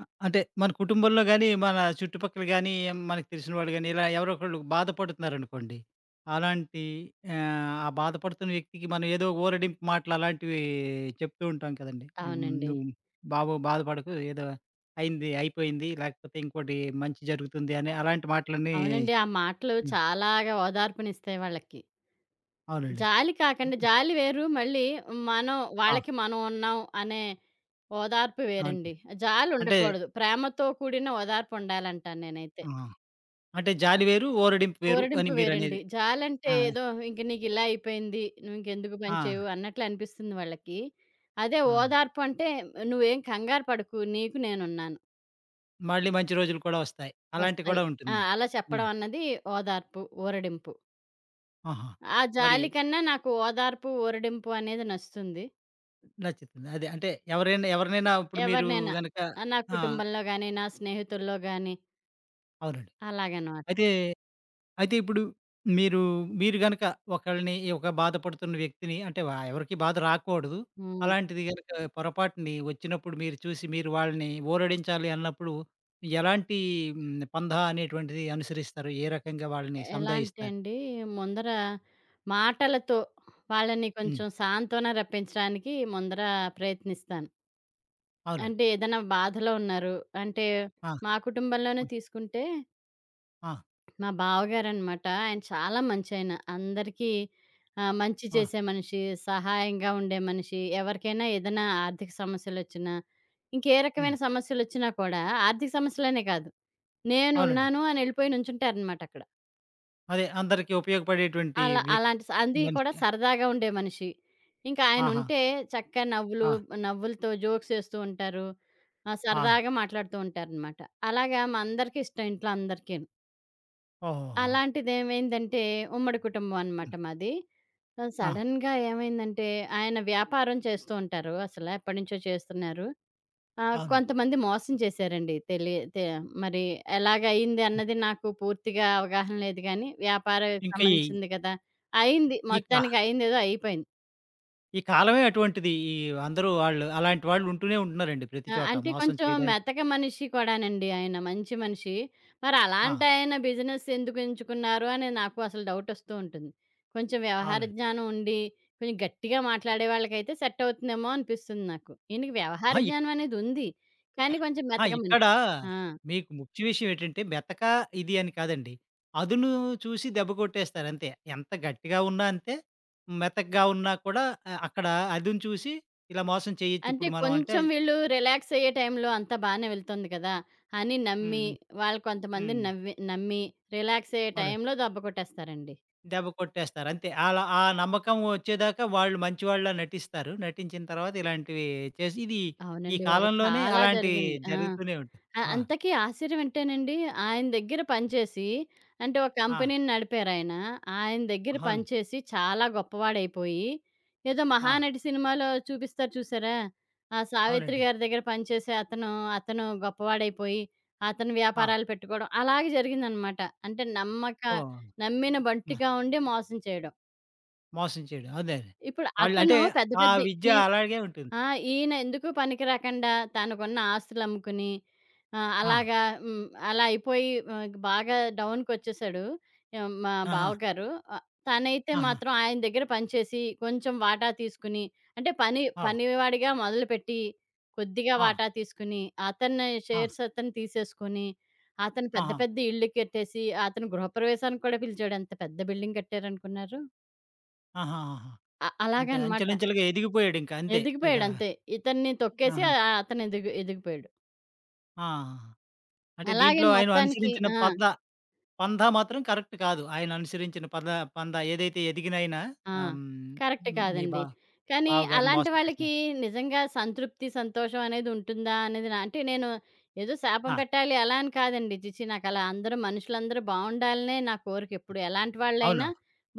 అ! అంటే మన కుటుంబంలో గాని, మన చుట్టుపక్కల గాని, మనకు తెలిసిన వాళ్ళు గాని, ఇలా ఎవరో ఒకళ్ళు బాధపడుతున్నారనుకోండి. అలాంటి ఆ బాధపడుతున్న వ్యక్తికి మనం ఏదో ఊరడింపు మాటలు అలాంటివి చెప్తూ ఉంటాం కదండీ. హ్మ్. అవునండి. "నువ్వు బాబు బాధపడకు, ఏదో అయింది అయిపోయింది. లేకపోతే ఇంకోటి మంచి జరుగుతుంది" అని అలాంటి మాటలన్నీ. అవునండి. ఆ మాటలు హ్మ్. చాలాగా ఓదార్పునిస్తాయి వాళ్ళకి. అవునండి. జాలి కాకండి, జాలి వేరు. మళ్ళీ మనం ఆ! వాళ్ళకి మనం ఉన్నాం అనే ఓదార్పు అంతే. వేరండి. అంటే జాలుండకూడదు. ప్రేమతో కూడిన ఓదార్పుండాలంటాను నేనైతే. ఆ! అంటే జాలి వేరు, ఊరడింపు వేరు అని ఊరడింపు వేరండి. మీరనేది. జాలంటే ఆ! ఏదో ఇంక నీకిలా అయిపోయింది, నువ్వింకెందుకు ఆ! పని చేయవు అన్నట్లు అనిపిస్తుంది వాళ్ళకి. అదే అవును. ఓదార్పు అంటే నువ్వేం కంగారు పడకు, నీకు నేనున్నాను. మళ్ళీ మంచి రోజులు కూడా వస్తాయి. అలాంటివి వస్తాయి. కూడా ఉంటుంది. అలా ఆ! చెప్పడం అన్నది ఓదార్పు, ఊరడింపు. ఆహా! ఆ మరి జాలి కన్నా నాకు ఓదార్పు, ఊరడింపు అనేది నచ్చుతుంది. నచ్చుతుంది. అదే అంటే ఎవరైనా ఎవరినైనా ఇప్పుడు మీరు ఎవరినైనా గనక. నా ఆ! కుటుంబంలో గాని, నా స్నేహితుల్లో గాని అవునండి. అలాగనమాట. అయితే, అయితే ఇప్పుడు మీరు, మీరు గనక ఒకళ్ళని ఒక బాధపడుతున్న వ్యక్తిని అంటే ఎవరికీ బాధ రాకూడదు. హ్మ్. అలాంటిది గనక పొరపాటుని వచ్చినప్పుడు మీరు చూసి మీరు వాళ్ళని ఊరడించాలి అన్నప్పుడు ఎలాంటి పందా అనేటువంటిది అనుసరిస్తారు? ఏ రకంగా వాళ్ళని ఎలా అంటే సంధాయిస్తారు? అండి, ముందర మాటలతో వాళ్ళని హ్మ్. కొంచెం సాంత్వన రప్పించడానికి ముందర ప్రయత్నిస్తాను. అవునండి. అంటే ఏదైనా బాధలో ఉన్నారు అంటే, ఆ! మా కుటుంబంలోనే ఆ! తీసుకుంటే ఆ! మా బావగారనమాట. ఆయన చాలా మంచాయన. అందరికీ మంచి ఆ! చేసే మనిషి, సహాయంగా ఉండే మనిషి. ఎవరికైనా ఏదైనా ఆర్థిక సమస్యలొచ్చినా, ఇంకే హ్మ్. రకమైన సమస్యలొచ్చినా కూడా, ఆర్థిక సమస్యలనే కాదు, అవునండి. నేనున్నాను అని ఎళ్ళిపోయి నుంచుంటారనమాట అక్కడ. అదే అందరికీ ఉపయోగపడేటువంటి అలా వ్యక్తి, అలాంటి స అది కూడా మనిషి. సరదాగా ఉండే మనిషి. ఇంకా ఆహా! ఆయనుంటే చక్కగా ఆ! నవ్వులతో జోక్సేస్తూ ఉంటారు. ఆ! సరదాగా మాట్లాడుతూ ఉంటారనమాట. అలాగా మా అందరికీ ఇష్టం, ఇంట్లో అందరికీను. ఓహోహో! అలాంటిదేమైందంటే, ఉమ్మడి కుటుంబం అనమాట హ్మ్. మాది. ఆ! సడెన్‌గా ఏమైందంటే, ఆయన వ్యాపారం చేస్తూ ఉంటారు. అసల ఎప్పటినుంచో చేస్తున్నారు. అవునండి. కొంతమంది మోసం చేశారండి. తెలి తె మరి ఎలాగయింది హ్మ్. అన్నది నాకు పూర్తిగా అవగాహన లేదు గానీ, వ్యాపారానికి ఇంకా ఈ సంబంధించింది కదా! అయింది. ఈ కా మొత్తానికయిందేదో అయిపోయింది. ఈ కాలమే అటువంటిది. ఈ అందరూ వాళ్ళు అలాంటి వాళ్ళు ఉంటూనే ఉంటున్నారండి, ప్రతి చోట అంటే మోసం కొంచెం చేయడానికి. మెతక మనిషి కూడానండి ఆయన. మంచి మనిషి. మరి ఆ! అలాంటాయన బిజినెస్ ఎందుకు ఎంచుకున్నారు అని నాకు అసలు డౌటొస్తూ ఉంటుంది. కొంచెం వ్యవహార అవునండి. జ్ఞానం ఉండి, కొంచెం గట్టిగా మాట్లాడే వాళ్ళకైతే సెట్ అవుతుందేమో అనిపిస్తుంది నాకు. ఈయనకి వ్యవహార అహా! జ్ఞానం అనేది ఉంది. కానీ కొంచెం ఆ! మెతక ఇక్కడ మనిషి. ఆ! మీకు ముఖ్య విషయం ఏంటంటే, మెతక ఇది అని కాదండి. అదును చూసి దెబ్బ కొట్టేస్తారు, అంతే. ఎంత గట్టిగా ఉన్నా అంతే, మెతకగా ఉన్నా కూడా అక్కడ అదును చూసి ఇలా మోసం చేయొచ్చు అంటే ఇప్పుడు మనం అంటే. కొంచెం వీళ్ళు రిలాక్స్ అయ్యే టైంలో అంతా బానే వెళ్తుంది కదా అని నమ్మి, హ్మ్. హ్మ్. వాళ్ళు కొంతమందిని హ్మ్. నవ్వి నమ్మి రిలాక్స్ అయ్యే అవునండి. టైంలో దెబ్బ కొట్టేస్తారండి. దెబ్బ కొట్టేస్తారు, అంతే. అలా ఆ నమ్మకం వచ్చేదాకా వాళ్ళు మంచివాళ్ళలా నటిస్తారు. నటించిన తర్వాత ఇలాంటివి చేసి ఇది ఈ అవునండి బాబు! కాలంలోనే చాలా అలాంటివి జరిగింది. ఆ! జరుగుతూనే ఉంటాయి. ఆ! ఆ! అంతకీ ఆశ్చర్యం ఏంటేనండి, ఆయన దగ్గర పనిచేసి, అంటే ఒక ఆ! కంపెనీని నడిపారాయన. ఆయన ఆయన దగ్గర అవును. పనిచేసి చాలా గొప్పవాడైపోయి, ఏదో ఆ! 'మహానటి' సినిమాలో చూపిస్తారు చూసారా? ఆ 'సావిత్రి' అవునండి. గారి దగ్గర పనిచేసే అతను, అతను గొప్పవాడైపోయి, అతను ఆ! వ్యాపారాలు పెట్టుకోవడం అలాగే జరిగిందనమాట. అంటే ఓహ్! నమ్మిన మ బంటుగా ఉండి మోసం చేయడం. మోసం చేయడం. అదే. అదే. ఇప్పుడు వాళ్ళు అతను అంటే పెద్ద ఆ పెద్ద విద్య ఈ అలాగే ఉంటుంది. ఆ! ఈయన ఎందుకు పనికి రాకుండా తనకున్న ఆస్తులమ్ముకుని ఆహ్, ఆ! అలాగా హ్మ్. అలా అయిపోయి బాగా డౌన్‌కొచ్చేసాడు. మా ఆహా! బావగారు. ఆహ్, తనైతే ఆహా! మాత్రం ఆయన దగ్గర పనిచేసి కొంచెం వాటా తీసుకుని, అంటే పని ఓహ్! పనివాడిగా మొదలుపెట్టి కొద్దిగా ఆ! వాటా తీసుకుని, అతని ఆ! షేర్స్ అతను తీసేసుకొని, అతను పెద్ద ఆహా! పెద్ద ఇళ్ళు కట్టేసి, అతను గృహప్రవేశానికి కూడా పిలిచాడు. ఎంత పెద్ద బిల్డింగ్ కట్టారనుకున్నారు? ఆహాహాహా! అంటే అలాగనమాట. అంచెలంచెలుగా ఎదిగిపోయాడింక, అంతే. ఇక ఎదిగిపోయాడు అంతే. ఇతన్ని తొక్కేసి, ఆహా! అతను ఎదిగిపోయాడు. ఆ! అంటే దీంట్లో అలాగని ఆయన మొత్తానికి, అనుసరించిన ఆ! పంథా మాత్రం కరెక్ట్ కాదు. ఆయన అనుసరించిన పందా ఏదైతే ఎదిగినైనా ఆ! కరెక్ట్ మీ కాదండి. బా కానీ బావగారిని అలాంటి మోసం చేసినా. వాళ్ళకి నిజంగా సంతృప్తి, సంతోషం అనేది ఉంటుందా అనేది నా, అంటే నేను ఏదో శాపం ఆ! పెట్టాలి అలా అని కాదండి. చిచి నాకలా అందరూ, మనుషులందరూ బావుండాలనే నా కోరిక ఎప్పుడు. ఎలాంటి అవును. వాళ్ళైనా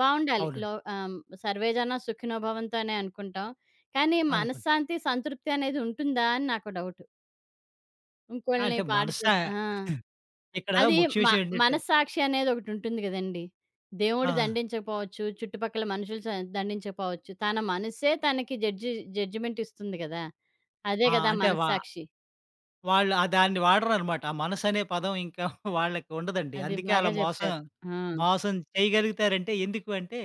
బావుండాలి. అవునండి. సర్వే జన సుఖినో భవంతు అనే అనుకుంటాం. కానీ అనుకుంటా. మనశ్శాంతి, సంతృప్తి అనేది ఉంటుందా అని నాకు డౌట్. ఇంకోళ్ళని అంటే పాడు చేసి. ఆ! ఇక్కడ అది ముఖ్య మ విషయం ఏంటంటే. మనస్సాక్షి అనేది ఒకటుంటుంది గదండీ! దేవుడు ఆ! దండించకపోవచ్చు, చుట్టుపక్కల మనుషులు దండించకపోవచ్చు. తన మనస్సే తనకి జడ్జిమెంట్ ఇస్తుంది గదా! అదే ఆ! గదా అంటే మనస్సాక్షి. వాళ్ళు ఆ దాన్ని వాడరనమాట. ఆ మనసనే పదం ఇంకా వాళ్ళకి ఉండదండి. అది అందుకే అలా బాగా మోసం జెప్పారు. ఆ! మోసం చేయగలుగుతారంటే ఎందుకు అంటే,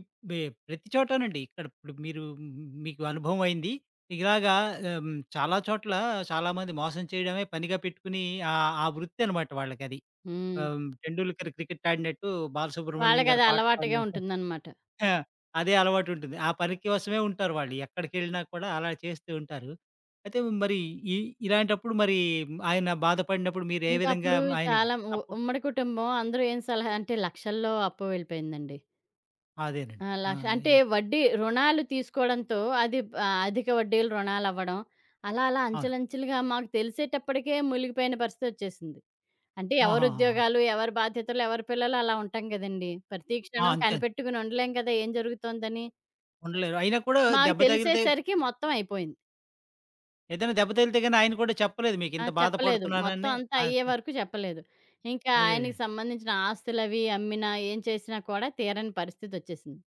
ఇప్ బె ప్రతి చోటనండి. ఇక్కడ ఇప్పుడు మీరు మీకు అనుభవం అయింది. ఇలాగా ఆహ్, చాలా చోట్ల చాలామంది మోసం చేయడమే పనిగా పెట్టుకుని ఆ వృత్తనమాట వాళ్ళకది. హ్మ్. ఆహ్, 'టెండూల్కర్' క్రికెట్ ఆడినట్టు 'బాలసుబ్రహ్మణ్యం' వాళ్ళకది గారు పాట పాడిన. అలవాటుగా ఉంటుందనమాట. ఆ! అదే అలవాటుంటుంది. ఆ పని కోసమే ఉంటారు వాళ్ళు. ఎక్కడికెళ్ళినా కూడా అలా చేస్తూ ఉంటారు. అయితే మరి ఇ ఇలాంటప్పుడు మరి ఆయన బాధపడినప్పుడు మీరు ఏ విధంగా ఇంకప్పుడు ఆయనకి చాలా సపోర్ట్. ఉమ్మడి కుటుంబం అందరూ, ఏం సలహా అంటే లక్షల్లో అప్పు వెళ్ళిపోయిందండి. ఆ! అదేనండి. ఆ! లక్ష అంటే ఇ వడ్డీ రుణాలు తీసుకోవడంతో అది, అధిక వడ్డీలు రుణాలవ్వడం. అలా అలా అవును. అంచెలంచెలుగా మాకు తెలిసేటప్పటికే మునిగిపోయిన పరిస్థితొచ్చేసింది. అంటే ఎవరి ఆహాహాహా! ఉద్యోగాలు, ఎవరి బాధ్యతలు, ఎవరి పిల్లలు, అలా ఉంటాం గదండీ! ప్రతి ఆ! క్షణం అంతే. అంతే. కనిపెట్టుకుని ఉండలేం కదా ఏం జరుగుతోందని. ఉండలేరు. అయినా కూడా మాకు దెబ్బ తగిలితే తెలిసేసరికి మొత్తం అయిపోయింది. ఏదైనా దెబ్బ తగిలితే గాని ఆయన కూడా చెప్పలేదు మీకు ఆ! ఇంత చెప్పలేదు. మొత్తం బాధపడుతున్నానని. అంతా ఆ! అయ్యే వరకు చెప్పలేదు. ఇంకా ఆయనకి అదేనండి. సంబంధించిన ఆస్తులవి అమ్మినా, ఏం చేసినా కూడా తీరని పరిస్థితొచ్చేసింది.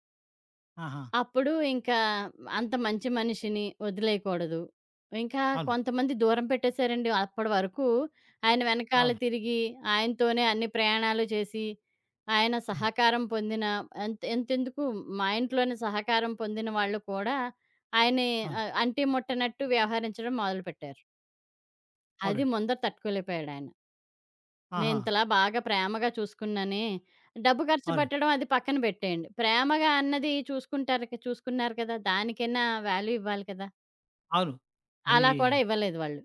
ఆహా! అప్పుడు ఇంకా అంత మంచి మనిషిని వదిలేయకూడదు. ఇంకా అవును. కొంతమంది దూరం పెట్టేశారండి. అప్పటి వరకు ఆయన వెనకాల అవును. తిరిగి, ఆయనతోనే అన్ని ప్రయాణాలు చేసి, ఆయన హ్మ్. సహకారం పొందిన, ఎంతెందుకు మా ఇంట్లోనే సహకారం పొందిన వాళ్ళు కూడా ఆయన్ని అవును. అంటి ముట్టనట్టు వ్యవహరించడం మొదలుపెట్టారు. అది అవునండి. ముందర తట్టుకోలేకపోయాడాయన. ఆహా! నేనింతలా బాగా ప్రేమగా చూసుకున్నానే. డబ్బు ఖర్చు అవునండి. పెట్టడం అది పక్కన పెట్టేయండి. ప్రేమగా అన్నది చూసుకుంటారు క చూసుకున్నారు కదా! దానికైనా వాల్యూ ఇవ్వాలి కదా! అవును. పని అలా కూడా చేయ- ఇవ్వలేదు వాళ్ళు.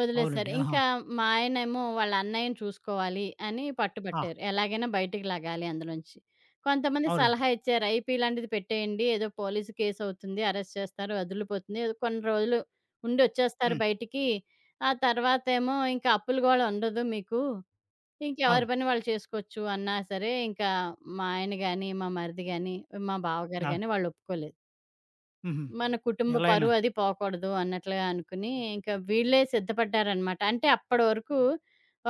వదిలేసారు. అవునండి. ఆహా! ఇంకా మా ఆయనేమో వాళ్ళ అన్నయ్యని చూసుకోవాలి అని ఆ! పట్టుబట్టారు. ఎలాగైనా బయటికి లాగాలి అందులోంచి. కొంతమంది అవునండి. సలహా ఇచ్చారు. ఐపీ లాంటిది పెట్టేయండి. ఏదో పోలీస్ కేస్ అవుతుంది. అరెస్ట్ చేస్తారు. వదిలిపోతుంది. ఏదో కొన్ని రోజులు ఉండి వచ్చేస్తారు హ్మ్. బయటికి. ఆ తర్వాతేమో ఇంకా అప్పులు గోల ఉండదు మీకు. ఇంకెవరి అవును. పని వాళ్ళు చేసుకోవచ్చు అన్నా సరే, ఇంకా మా ఆయన గాని, మా మరిది గాని, మా బావగారు అవును. గాని వాళ్ళు ఒప్పుకోలేదు. హుహు. మన కుటుంబ ఎలా అయినా. పరువు అది పోకూడదు అన్నట్లుగా అనుకుని, ఇంకా వీళ్ళే సిద్ధపడ్డారనమాట. అంటే అప్పడి వరకు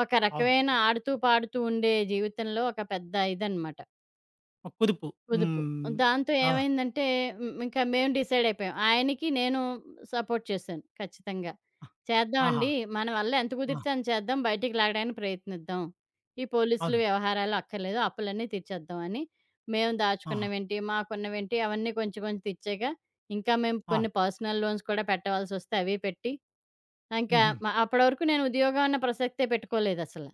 ఒక అవును. రకమైన ఆడుతూ, పాడుతూ ఉండే జీవితంలో ఒక పెద్ద ఇదనమాట. ఒక కుదుపు. పొదుపు. హ్మ్. దాంతో ఆ! ఏమైందంటే, హ్మ్, ఇంకా మేము డిసైడ్ అయిపోయాం. ఆయనకి నేను సపోర్ట్ చేశాను ఖచ్చితంగా. ఆహా! చేద్దామండి. మన వల్ల ఎంత ఆ! కుదిరితే అంత చేద్దాం. బయటికి లాగడానికి ప్రయత్నిద్దాం. ఈ పోలీసులు అవును. వ్యవహారాలు అక్కర్లేదు. అప్పులన్నీ తీర్చేద్దాం అని, మేము ఆహా! దాచుకున్నవేంటి, మాకున్నవేంటి అవన్నీ కొంచెం కొంచెం తీర్చాక, ఇంకా మేము ఆ! కొన్ని పర్సనల్ లోన్స్ కూడా పెట్టవలసొస్తే అవి పెట్టి, ఇంకా హుహు. అప్పటి వరకు నేను ఉద్యోగం అన్న ప్రసక్తే పెట్టుకోలేదసల.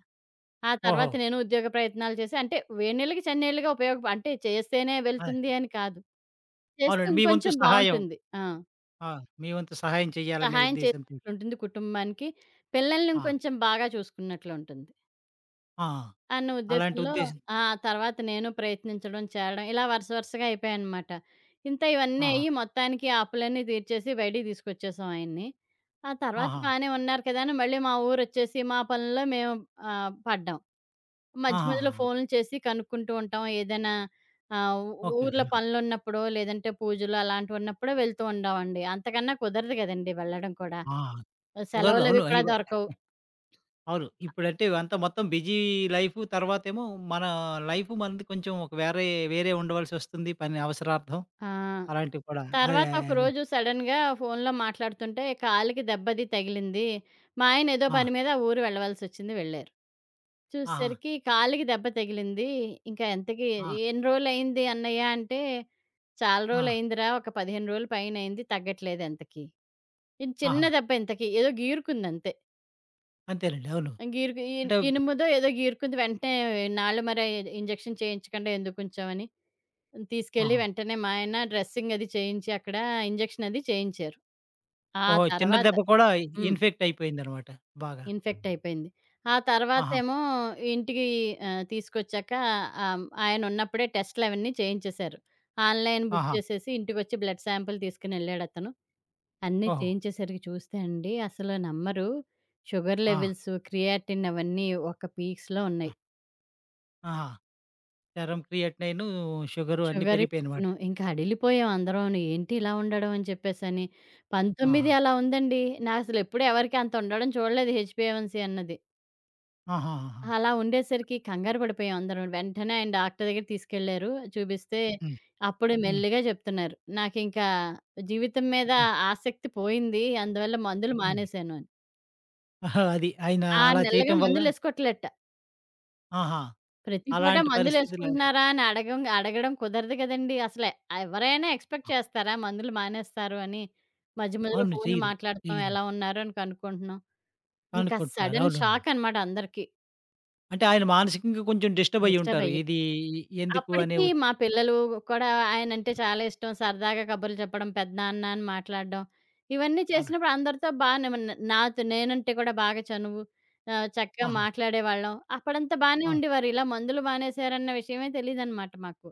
ఆ ఓహో! తర్వాత నేను ఉద్యోగ ప్రయత్నాలు చేసి, అంటే వేడినీళ్ళకి, చన్నీళ్ళకి ఉపయోగప, అంటే చేస్తేనే అదే. వెళ్తుంది అని కాదు, చేస్తే అవునండి. మీ వంతు ఇంకొంచెం సహాయం. బావుంటుంది. ఆ! ఆ! మీ వంతు సహాయం చేయాలనే సహాయం ఉద్దేశ్యంతో. చేసినట్లుంటుంది కుటుంబానికి. పిల్లల్ని ఆ! ఇంకొంచెం బాగా చూసుకున్నట్లుంటుంది ఆ! అన్న అలాంటి ఉద్దేశంలో. ఉద్దేశం. ఆ! తర్వాత నేను ప్రయత్నించడం, చేరడం ఇలా వరుస వరుసగా అయిపోయాయనమాట. ఇంత ఇవన్నీ ఆహా! అయ్యి మొత్తానికి ఆ అప్పులన్నీ తీర్చేసి బయటికి తీసుకొచ్చేసాం ఆయన్ని. ఆ తర్వాత ఆహా! బానే ఉన్నారు కదా అని మళ్ళీ మా ఊరొచ్చేసి మా పనుల్లో మేము పడ్డాం. మధ్య మధ్యలో ఆహాహాహా! ఫోన్లు చేసి కనుక్కుంటూ ఉంటాం. ఏదైనా ఆహ్, ఓకే. ఊర్లో పనులున్నప్పుడో, లేదంటే పూజలు అలాంటివున్నప్పుడో వెళ్తూ ఉండేవండి. అంతకన్నా కుదరదు కదండీ! వెళ్ళడం కూడా. ఆ! కుదరదు. సెలవులవి అవును. కూడా అయ్యో! దొరకవు. అవును. ఇప్పుడంటే అంతా మొత్తం బిజీ లైఫ్, తర్వాతేమో మన లైఫ్ మనది కొంచెం ఒక వేరే వేరే ఉండవలసొస్తుంది, పని అవసరార్థం. ఆ! అలాంటివి కూడా. అదే. తర్వాత ఒకరోజు సడెన్‌గా ఫోన్‌లో మాట్లాడుతుంటే కాలికి దెబ్బ అది తగిలింది. మా ఆయన ఏదో ఆ! పని మీద ఆ ఊరు వెళ్ళవలసొచ్చింది, వెళ్లారు. ఆహా! చూసేసరికి కాలికి దెబ్బ తగిలింది. ఇంకా ఎంతకి, ఆ! "ఎన్ని రోజులయింది అన్నయ్య" అంటే, "చాలా ఆ! ఆ, రోజులయిందిరా, ఒక 15 రోజుల పైనయింది, తగ్గట్లేదు ఎంతకి." ఇది చిన్న ఆహా! దెబ్బ, ఇంతకి ఏదో గీరుకుందంతే. అంతేనండి. అవును. గీరుకు ఇ అంటే ఇనుముదో ఏదో గీరుకుంది. వెంటనే నాళ్ళు మరి ఇంజెక్షన్ చేయించకుండా ఎందుకుంచామని తీసుకెళ్ళి ఆహా! వెంటనే మా ఆయన డ్రెస్సింగ్ అది చేయించి అక్కడ ఇంజెక్షన్ అది చేయించారు. ఆ ఓహో! చిన్న తర్వాత దెబ్బ కూడా హ్మ్. ఇన్ఫెక్ట్ అయిపోయిందనమాట బాగా. ఇన్ఫెక్ట్ అయిపోయింది. ఆ ఆహా! తర్వాతేమో ఇంటికి తీసుకొచ్చాక ఆయనున్నప్పుడే టెస్టులవన్నీ చేయించేశారు. ఆన్‌లైన్ బుక్ ఆహా! చేసేసి ఇంటికొచ్చి బ్లడ్ శాంపుల్ తీసుకొనెళ్ళాడతను. అన్నీ ఓహో! చేయించేసరికి చూస్తే అండి అసలు నమ్మరు. షుగర్ ఆ! లెవెల్స్, క్రియాటిన్ అవన్నీ ఒక పీక్స్‌లో ఆ! ఉన్నాయి. ఆహా! సెరమ్ క్రియేటినైను, షుగరు అన్నీ షుగర్ పెరిగిపోయాయనమాట. నేను ఇంకా అడిలిపోయాం అందరూను. ఏంటి ఇలా ఉండడం అని చెప్పేసని. ఆహా! 19 అలా ఉందండి. నాకసలు ఎప్పుడు ఎవరికీ అంత ఉండడం చూడలేదు హెచ్‌బీఏవన్సీ అన్నది. ఆహాహాహా! అలా ఉండేసరికి కంగారు పడిపోయాం అందరం. వెంటనే ఆయన డాక్టర్ దగ్గరికి తీసుకెళ్లారు. చూపిస్తే హ్మ్. అప్పుడు హ్మ్. మెల్లిగా చెప్తున్నారు. నాకింకా జీవితం మీద హ్మ్. ఆసక్తి పోయింది. అందువల్ల మందులు హ్మ్. మానేశాను అని. ఆహా! అది ఆయన 6 అలా నెలలుగా చేయటం వల్ల మందులేసుకోవట్లేట. ఆహా! ప్రతి పూట అలాంటి పరిస్థితుల్లో. మందులేసుకుంటున్నారా అని అడగడం కుదరదు కదండీ! అసలే ఎవరైనా ఎక్స్‌పెక్ట్ ఆ! చేస్తారా మందులు మానేస్తారు అని? మధ్య మధ్యలో అవును. ఫోన్‌లు చెయ్యరు. మాట్లాడుతున్నాం, ఎలా చెయ్యరండి. ఉన్నారు అని కనుక్కుంటున్నాం. ఇంకా అనుకుంటున్నారు. సడెన్ అవునవును. షాక్ అనమాట అందరికీ. అంటే ఆయన మానసికంగా కొంచెం డిస్టర్బ్ డిస్టర్బ్ అయ్యుంటారు. అయ్యాం. ఇది ఎందుకు అనే అప్పటికి మా పిల్లలు కూడా ఆయనంటే చాలా ఇష్టం. సరదాగా కబుర్లు చెప్పడం, పెద్దనాన్న అని మాట్లాడడం, ఇవన్నీ అవునండి. చేసినప్పుడు అందరితో బానే, నాతో నేనంటే కూడా బాగా చనువు. చక్కగా ఆహా! మాట్లాడేవాళ్ళం. అప్పుడంతా బానే అవును. ఉండేవారు. ఇలా మందులు మానేశారన్న విషయమే తెలీదనమాట మాకు.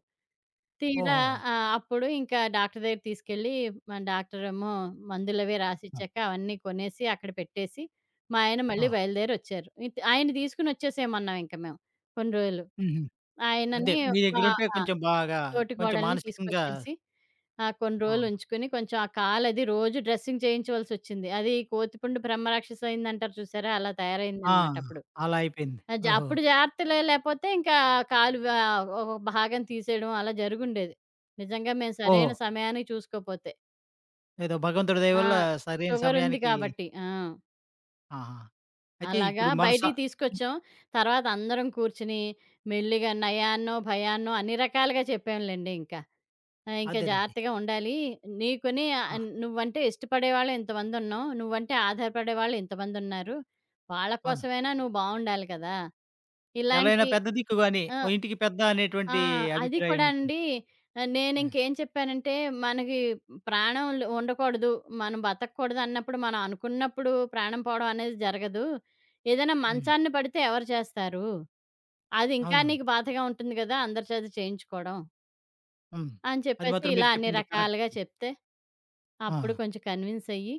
తీరా ఓహోహో! అప్పుడు ఇంకా డాక్టర్ దగ్గరికి తీసుకెళ్ళి, మన డాక్టరేమో మందులవి ఆ! రాసిచ్చాక అవన్నీ కొనేసి అక్కడ పెట్టేసి, మా ఆయన మళ్ళీ ఆ! బయలుదేరొచ్చారు. ఆయన్ని తీసుకొనొచ్చేసేయమన్నాం ఇంక మేము కొన్ని రోజులు. హుహు. అదే. ఆయనని మీ మా దగ్గరుంటే ఆ! కొంచెం బాగా, తోటి కొంచెం కోడల్ని మానసికంగా. తీసుకొచ్చేసి కొన్ని ఆ! రోజులుంచుకుని కొంచెం ఆ కాలది రోజు డ్రెస్సింగ్ చేయించవలసొచ్చింది. అది కోతిపుండు బ్రహ్మరాక్షసయిందంటారు చూసారా? అలా ఆ! తయారైందనమాట అప్పుడు. అలా అయిపోయింది. ఆ! జ ఓహో! అప్పుడు జాగ్రత్తలే లేపోతే ఇంకా కాలు వ ఒక భాగం తీసేయడం అలా జరుగుండేది. నిజంగా మేము ఓహ్! సరైన సమయానికి చూసుకోపోతే. ఏదో భగవంతుడి దయ ఆ! వల్ల సరైన షుగరుంది సమయానికి. కాబట్టి. ఆ! ఆహా! అయితే అలాగా ఇప్పుడు మన స బయటికి తీసుకొచ్చాం. తర్వాత అందరం కూర్చొని మెల్లిగా నయాన్నో, భయాన్నో అన్ని రకాలుగా చెప్పాంలెండి ఇంకా. ఆ! ఇంకా అదేనండి. జాగ్రత్తగా ఉండాలి. నీకుని ఆ! నువ్వంటే ఇష్టపడేవాళ్ళు ఇంతమందున్నాం. నువ్వంటే ఆధారపడేవాళ్ళు ఇంతమందున్నారు. వాళ్ళ అవును. కోసమైనా నువ్వు బావుండాలి కదా! ఎలా అయినా ఇలాంటి. పెద్ద దిక్కు అని, ఆ! ఓ ఇంటికి పెద్ద ఆ! అనేటువంటి అది అభిప్రాయం కూడా ఉంటుంది. అండి. ఆ! నేనింకేం చెప్పానంటే, మనకి ప్రాణం ఉండకూడదు. మనం బతకూడదు అన్నప్పుడు, మనం అనుకున్నప్పుడు ప్రాణం పోవడం అనేది జరగదు. ఏదైనా హ్మ్. మంచాన్ని పడితే ఎవరు చేస్తారు? అది ఇంకా అవునవును. నీకు బాధగా ఉంటుంది గదా! అందరి చేత చేయించుకోవడం. హ్మ్. అని అది చెప్పేసి మాత్రం ఇలా మీరు అన్ని చెప్పింది కరెక్ట్. రకాలుగా చెప్తే, ఆ! అప్పుడు కొంచెం కన్విన్స్ అయ్యి,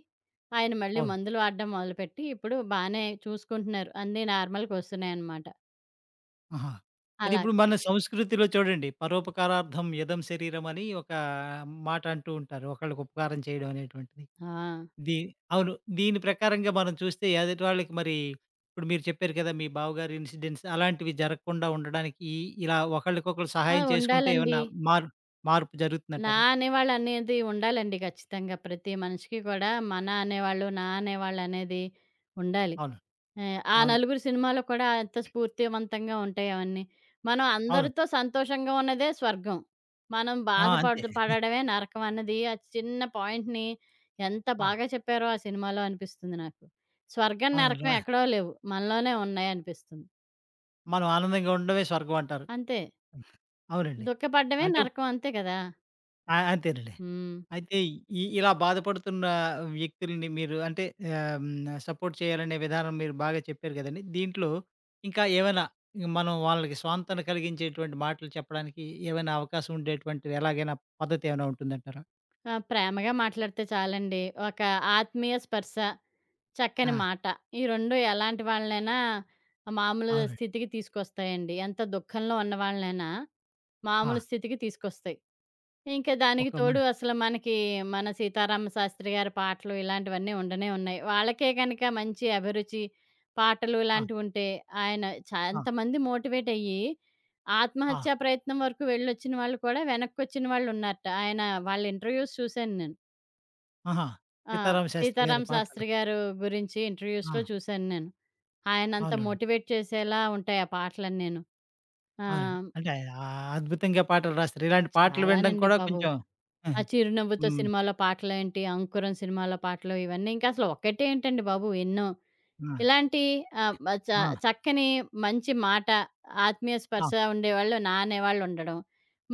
ఆయన మళ్ళీ అవును. మందులు వాడడం మొదలుపెట్టి, ఇప్పుడు బానే చూసుకుంటున్నారు. అన్నీ నార్మల్‌కొస్తున్నాయనమాట. ఆహా! అయితే అలా. ఇప్పుడు మన సంస్కృతిలో చూడండి, పరోపకారార్థం యదం శరీరం అని ఒక మాట అంటూ ఉంటారు. ఒకళ్ళకి ఉపకారం చేయడం అనేటువంటిది. ఆ! దీ అవును. దీని ప్రకారంగా మనం చూస్తే ఎదుటి వాళ్ళకి మరి ఇప్పుడు మీరు చెప్పారు కదా! మీ బావగారి ఇన్సిడెంట్స్ అలాంటివి జరగకుండా ఉండడానికి ఈ ఇలా ఒకళ్ళకొకళ్ళు ఆ! సహాయం చేసుకుంటే ఉండాలండి. ఏమన్నా మార్ మార్పు నా జరుగుతుందంటారా? అనేవాళ్ళు అనేది ఉండాలండి ఖచ్చితంగా. ప్రతి మనిషికి కూడా మన అనేవాళ్ళు, నా అనేవాళ్ళు అనేది ఉండాలి. అవును. ఆ అవును. నలుగురు సినిమాలో కూడా ఎంత స్ఫూర్తివంతంగా ఉంటాయి అవన్నీ. మనం అవును. అందరితో సంతోషంగా ఉన్నదే స్వర్గం. మనం ఆ! అంతే. బాధపడు పడడమే నరకం అన్నది, ఆ చిన్న పాయింట్‌ని ఎంత ఆ! బాగా చెప్పారో ఆ సినిమాలో అనిపిస్తుంది నాకు. స్వర్గం, అవును. నరకం రా- ఎక్కడో లేవు. మనలోనే ఉన్నాయి అనిపిస్తుంది. మనం ఆనందంగా ఉండడమే స్వర్గం అంటారు. అంతే. అవునండి. దుఃఖపడడమే అంటే నరకం అంతే కదా! ఆ! అంతేనండి. హ్మ్. అయితే ఈ ఇలా బాధపడుతున్న వ్యక్తులని మీరు అంటే ఆహ్, హ్మ్. సపోర్ట్ చేయాలనే విధానం మీరు బాగా చెప్పారు గదండీ! దీంట్లో ఇంకా ఏమైనా మనం వాళ్ళకి స్వాంతన కలిగించేటువంటి మాటలు చెప్పడానికి ఏమైనా అవకాశం ఉండేటువంటి ఎలాగైనా పద్ధతి ఏమైనా ఉంటుందంటారా? ఆ! ప్రేమగా మాట్లాడితే చాలండి. ఒక ఆత్మీయ స్పర్శ, చక్కని ఆ! మాట. ఈ 2 ఎలాంటి వాళ్ళనైనా మామూలు అవునండి. స్థితికి తీసుకొస్తాయండి. ఎంత దుఃఖంలో ఉన్నవాళ్ళనైనా ఆ! మామూలు స్థితికి తీసుకొస్తాయి. ఇంకా దానికి ఒక మన. తోడు అసలు మనకి మన సీతారామ శాస్త్రి గారి పాటలు ఇలాంటివన్నీ ఉండనే ఉన్నాయి. వాళ్ళకే గనక మంచి అభిరుచి, పాటలు ఆ! ఇలాంటివుంటే ఆయన, ఆ! ఎంతమంది మోటివేట్ అయ్యి ఆ! ఆత్మహత్యా ప్రయత్నం వరకు వెళ్ళొచ్చిన వాళ్ళు కూడా వెనక్కొచ్చిన వాళ్ళున్నారట. ఆయన వాళ్ళ ఇంటర్వ్యూస్ చూశాను నేను. ఆహా! ఆ! 'సీతారామ శాస్త్రి' గారి 'సీతారామ పాటలు. శాస్త్రి' గారు గురించి ఆ! ఇంటర్‌వ్యూస్‌లో చూసాను నేను. ఆయనంత అవునండి. మోటివేట్ చేసేలా ఉంటాయి ఆ పాటలన్నీను. అవునండి. ఆహ్, అంటే ఆయన అద్భుతంగా పాటలు రాస్తారు. ఇలాంటి పాటలు వినడం చాలానండి కూడా బాబు. కొంచెం. ఆ హ్మ్. 'చిరునవ్వుతో' హ్మ్. సినిమాలో పాటలేంటి, 'అంకురం' సినిమాలో పాటలు, ఇవన్నీ ఇంకా అసలు ఒకటేంటండి బాబు ఎన్నో. ఆ! ఇలాంటి ఆహ్, మ చ ఆ! చక్కని మంచి మాట, ఆత్మీయ ఆ! స్పర్శ ఉండేవాళ్ళు, నా అనేవాళ్ళు ఉండడం,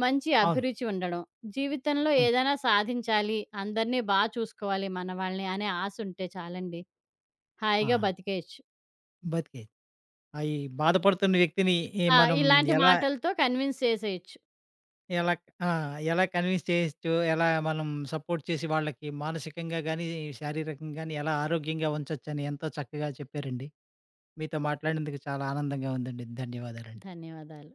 మంచి అవును. అభిరుచి ఉండడం, జీవితంలో అవును. ఏదైనా సాధించాలి, అందరిని బా చూసుకోవాలి మన వాళ్ళని అనే ఆశ ఉంటే చాలండి. హాయిగా ఆహా! బతికేయొచ్చు. బతికేది. అయి బాధపడుతున్న వ్యక్తిని ఈ ఆ! మనం ఇలాంటి ఎలా మాటలతో కన్విన్స్ చేసేయొచ్చు. ఎలా ఆ! ఎలా కన్విన్స్ చేయొచ్చు, ఎలా మనం సపోర్ట్ చేసి వాళ్ళకి మానసికంగా గానీ, శారీరకంగా గానీ ఎలా ఆరోగ్యంగా ఉంచొచ్చని ఎంతో చక్కగా చెప్పారండి. మీతో మాట్లాడినందుకు చాలా ఆనందంగా ఉందండి. ధన్యవాదాలండి. ధన్యవాదాలు.